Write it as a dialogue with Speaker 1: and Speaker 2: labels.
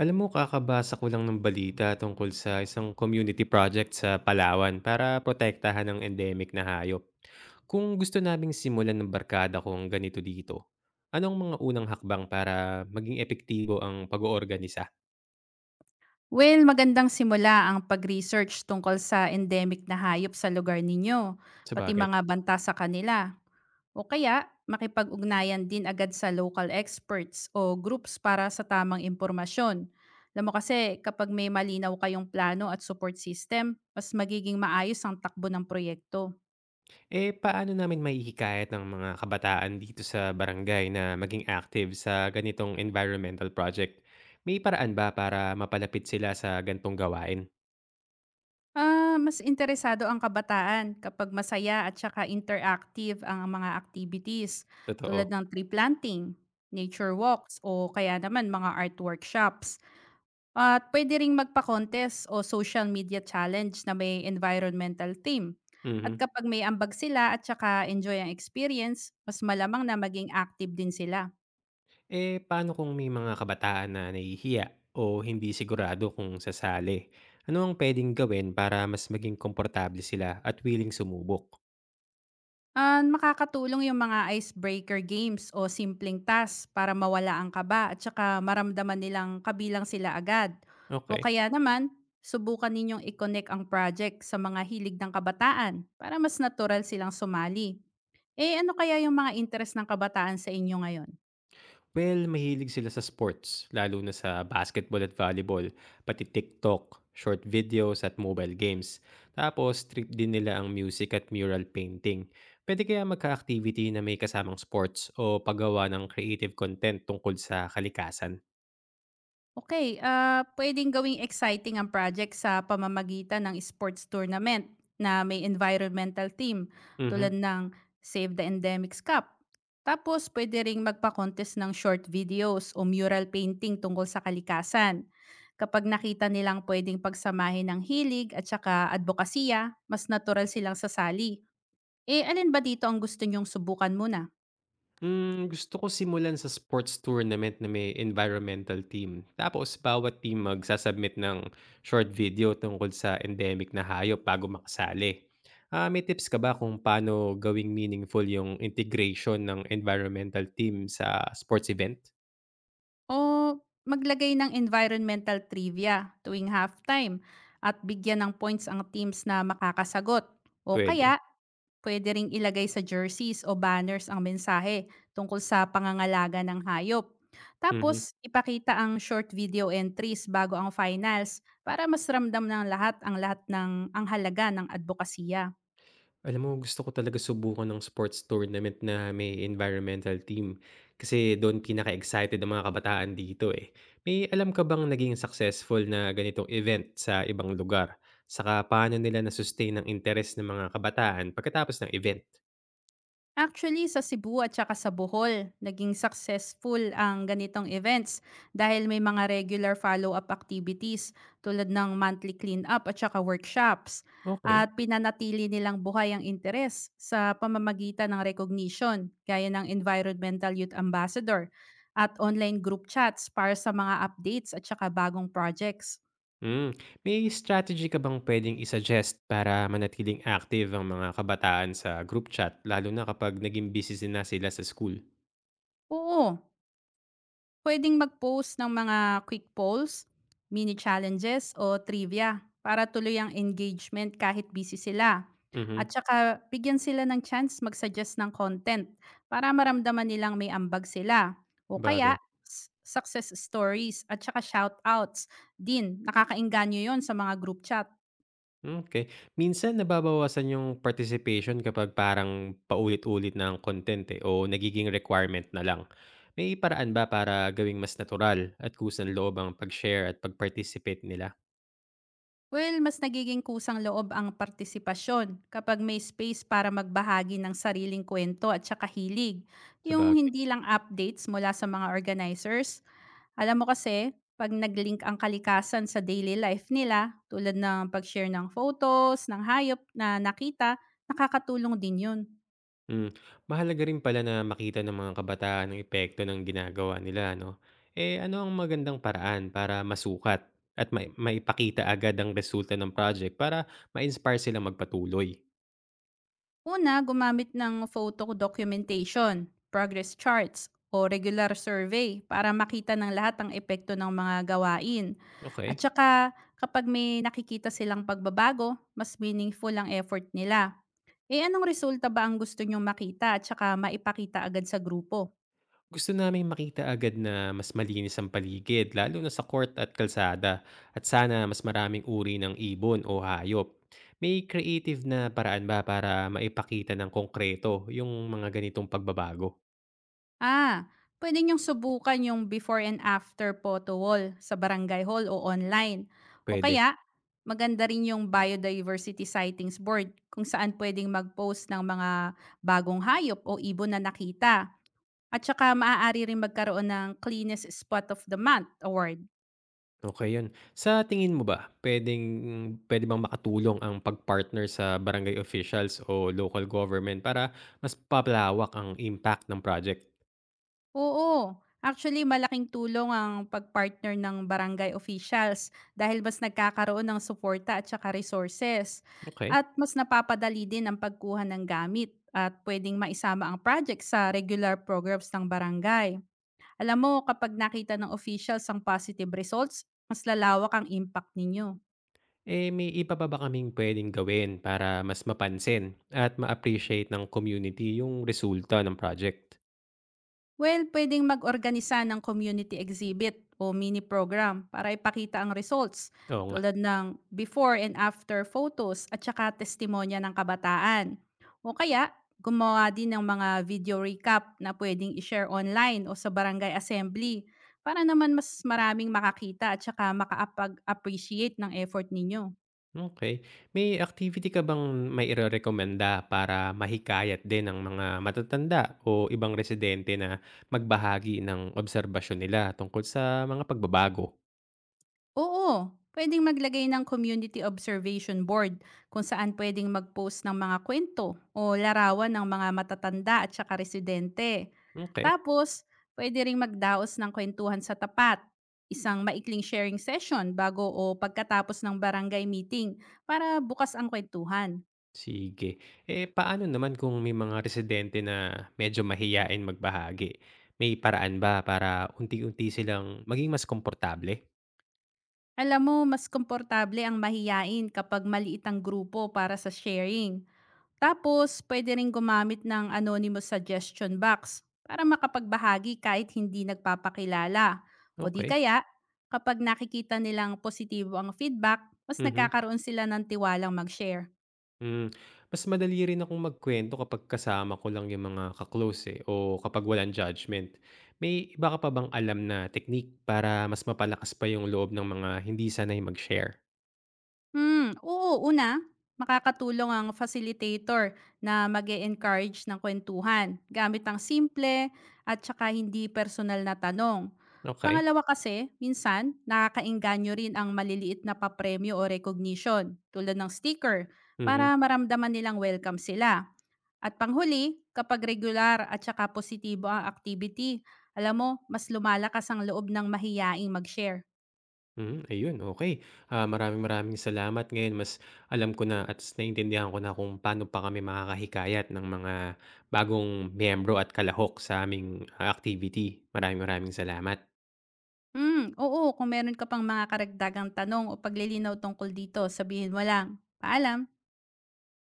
Speaker 1: Alam mo, kakabasa ko lang ng balita tungkol sa isang community project sa Palawan para protektahan ng endemic na hayop. Kung gusto naming simulan ng barkada kung ganito dito, anong mga unang hakbang para maging epektibo ang pag-oorganisa?
Speaker 2: Well, magandang simula ang pag-research tungkol sa endemic na hayop sa lugar ninyo,
Speaker 1: Sa
Speaker 2: pati
Speaker 1: bagay.
Speaker 2: mga banta sa kanila. O kaya, makipag-ugnayan din agad sa local experts o groups para sa tamang impormasyon. Alam mo kasi, kapag may malinaw kayong plano at support system, mas magiging maayos ang takbo ng proyekto.
Speaker 1: Eh, paano namin maihikayat ng mga kabataan dito sa barangay na maging active sa ganitong environmental project? May paraan ba para mapalapit sila sa gantong gawain?
Speaker 2: Ah, mas interesado ang kabataan kapag masaya at saka interactive ang mga activities tulad
Speaker 1: Totoo.
Speaker 2: ng tree planting, nature walks o kaya naman mga art workshops. At pwede ring magpa-contest o social media challenge na may environmental theme. At
Speaker 1: Mhm.
Speaker 2: kapag may ambag sila at saka enjoy ang experience, mas malamang na maging active din sila.
Speaker 1: Eh, paano kung may mga kabataan na nahihiya o hindi sigurado kung sasali? Ano ang pwedeng gawin para mas maging komportable sila at willing sumubok?
Speaker 2: Ah, makakatulong yung mga icebreaker games o simpleng task para mawala ang kaba at saka maramdaman nilang kabilang sila agad. O
Speaker 1: Okay.
Speaker 2: kaya naman, subukan ninyong i-connect ang project sa mga hilig ng kabataan para mas natural silang sumali. Eh ano kaya yung mga interest ng kabataan sa inyo ngayon?
Speaker 1: Well, mahilig sila sa sports, lalo na sa basketball at volleyball, pati TikTok, short videos at mobile games. Tapos, trip din nila ang music at mural painting. Pwede kaya magka-activity na may kasamang sports o paggawa ng creative content tungkol sa kalikasan?
Speaker 2: Okay, ah, puwedeng gawing exciting ang project sa pamamagitan ng sports tournament na may environmental theme
Speaker 1: Mhm.
Speaker 2: tulad ng Save the Endemics Cup. Tapos puwede ring magpa-contest ng short videos o mural painting tungkol sa kalikasan. Kapag nakita nilang pwedeng pagsamahin ng hilig at saka adbokasya, mas natural silang sasali. Eh, alin ba dito ang gusto niyong subukan muna?
Speaker 1: Hmm, gusto ko simulan sa sports tournament na may environmental team. Tapos bawat team magsasubmit ng short video tungkol sa endemic na hayop bago makasali. Ah, may tips ka ba kung paano gawing meaningful yung integration ng environmental team sa sports event?
Speaker 2: O maglagay ng environmental trivia tuwing halftime at bigyan ng points ang teams na makakasagot. O kaya,
Speaker 1: Pwede.
Speaker 2: pwede ring ilagay sa jerseys o banners ang mensahe tungkol sa pangangalaga ng hayop.
Speaker 1: Mhm.
Speaker 2: Tapos, ipakita ang short video entries bago ang finals para mas ramdam ng lahat ang halaga ng advokasya.
Speaker 1: Alam mo gusto ko talaga subukan ng sports tournament na may environmental team, kasi dun pinaka-excited ang mga kabataan dito, eh. May alam ka bang naging successful na ganitong event sa ibang lugar? Saka paano nila na-sustain ang interes ng mga kabataan pagkatapos ng event?
Speaker 2: Actually, sa Cebu at saka sa Bohol, naging successful ang ganitong events dahil may mga regular follow-up activities tulad ng monthly clean-up at saka workshops
Speaker 1: Okay.
Speaker 2: at pinanatili nilang buhay ang interes sa pamamagitan ng recognition gaya ng Environmental Youth Ambassador at online group chats para sa mga updates at saka bagong projects.
Speaker 1: Hmm, may strategy ka bang puwedeng i-suggest para manatiling active ang mga kabataan sa group chat lalo na kapag naging busy na sila sa school?
Speaker 2: Oo, pwedeng mag-post ng mga quick polls, mini challenges o trivia para tuloy ang engagement kahit busy sila. At
Speaker 1: Mhm,
Speaker 2: saka bigyan sila ng chance mag-suggest ng content para maramdaman nilang may ambag sila. O kaya
Speaker 1: sabagay.
Speaker 2: success stories at saka shoutouts din. Nakakainganyo yon sa mga group chat.
Speaker 1: Okay. Minsan nababawasan yung participation kapag parang paulit-ulit na ang content, eh, o nagiging requirement na lang. May paraan ba para gawing mas natural at kusang-loob ang pag-share at pag-participate nila?
Speaker 2: Well, mas nagiging kusang loob ang partisipasyon kapag may space para magbahagi ng sariling kwento at saka hilig. Yung
Speaker 1: Sabagay,
Speaker 2: hindi lang updates mula sa mga organizers. Alam mo kasi, pag nag-link ang kalikasan sa daily life nila, tulad ng pag-share ng photos, ng hayop na nakita, nakakatulong din yun.
Speaker 1: hmm, mahalaga rin pala na makita ng mga kabataan ang epekto ng ginagawa nila 'no? Eh, ano ang magandang paraan para masukat at maipakita agad ang resulta ng project para ma-inspire silang magpatuloy?
Speaker 2: Una, gumamit ng photo documentation, progress charts, o regular survey para makita ng lahat ang epekto ng mga gawain. At
Speaker 1: Okay.
Speaker 2: saka, kapag may nakikita silang pagbabago, mas meaningful ang effort nila. Eh anong resulta ba ang gusto nyong makita at saka maipakita agad sa grupo?
Speaker 1: Gusto naming makita agad na mas malinis ang paligid lalo na sa court at kalsada at sana mas maraming uri ng ibon o hayop. May creative na paraan ba para maipakita ng konkreto yung mga ganitong pagbabago?
Speaker 2: Ah, pwede nyong subukan yung before and after photo wall sa barangay hall o online. O
Speaker 1: Pwede.
Speaker 2: kaya, maganda rin yung biodiversity sightings board kung saan pwedeng mag-post ng mga bagong hayop o ibon na nakita. At saka maaari rin magkaroon ng cleanest spot of the month award.
Speaker 1: Okay yun. Sa tingin mo ba, pwede bang makatulong ang pagpartner sa barangay officials o local government para mas papalawak ang impact ng project?
Speaker 2: Oo. Actually, malaking tulong ang pagpartner ng barangay officials dahil mas nagkakaroon ng suporta at saka resources.
Speaker 1: Okay.
Speaker 2: At mas napapadali din ang pagkuha ng gamit at pwedeng maisama ang project sa regular programs ng barangay. Alam mo, kapag nakita ng officials ang positive results, mas lalawak ang impact ninyo.
Speaker 1: Eh, may iba pa ba kaming puwedeng gawin para mas mapansin at ma-appreciate ng community yung resulta ng project?
Speaker 2: Well, pwedeng mag-organisa ng community exhibit o mini program para ipakita ang results
Speaker 1: Oo nga,
Speaker 2: tulad ng before and after photos at saka testimonya ng kabataan. O kaya, gumawa din ng mga video recap na pwedeng i-share online o sa barangay assembly para naman mas maraming makakita at saka makaapag-appreciate ng effort ninyo.
Speaker 1: okey. May activity ka bang may mairerekomenda para mahikayat din ng mga matatanda o ibang residente na magbahagi ng obserbasyon nila tungkol sa mga pagbabago?
Speaker 2: Oo, pwedeng maglagay ng community observation board kung saan pwedeng mag-post ng mga kwento o larawan ng mga matatanda at saka residente.
Speaker 1: Okay.
Speaker 2: Tapos, puwede ring magdaos ng kwentuhan sa tapat, isang maikling sharing session bago o pagkatapos ng barangay meeting para bukas ang kwentuhan.
Speaker 1: Sige. Eh, paano naman kung may mga residente na medyo mahiyain magbahagi? May paraan ba para unti-unti silang maging mas komportable?
Speaker 2: Alam mo, mas komportable ang mahiyain kapag maliit ang grupo para sa sharing. Tapos, pwede rin gumamit ng anonymous suggestion box para makapagbahagi kahit hindi nagpapakilala. O di
Speaker 1: Okey,
Speaker 2: kaya, kapag nakikita nilang positibo ang feedback, mas
Speaker 1: mhm.
Speaker 2: nagkakaroon sila ng tiwalang mag-share.
Speaker 1: Hmm, mas madali rin akong magkuwento kapag kasama ko lang yung mga ka-close, eh, o kapag walang judgment. May iba ka pa bang alam na technique para mas mapalakas pa yung loob ng mga hindi sanay mag-share?
Speaker 2: Hmm, oo. Una, makakatulong ang facilitator na mag encourage ng kwentuhan gamit ang simple at saka hindi personal na tanong.
Speaker 1: Okey,
Speaker 2: Pangalawa kasi, minsan, nakakainganyo rin ang maliliit na papremyo o recognition tulad ng sticker
Speaker 1: mhm,
Speaker 2: para maramdaman nilang welcome sila. At panghuli, kapag regular at saka positibo ang activity, alam mo, mas lumalakas ang loob ng mahiyaing mag-share.
Speaker 1: mhm, ayun okey. Maraming maraming salamat ngayon mas alam ko na at naintindihan ko na kung paano pa kami makakahikayat ng mga bagong miyembro at kalahok sa aming activity. Maraming maraming salamat.
Speaker 2: Hmm, oo, kung meron ka pang mga karagdagang tanong o paglilinaw tungkol dito, sabihin mo lang. Paalam.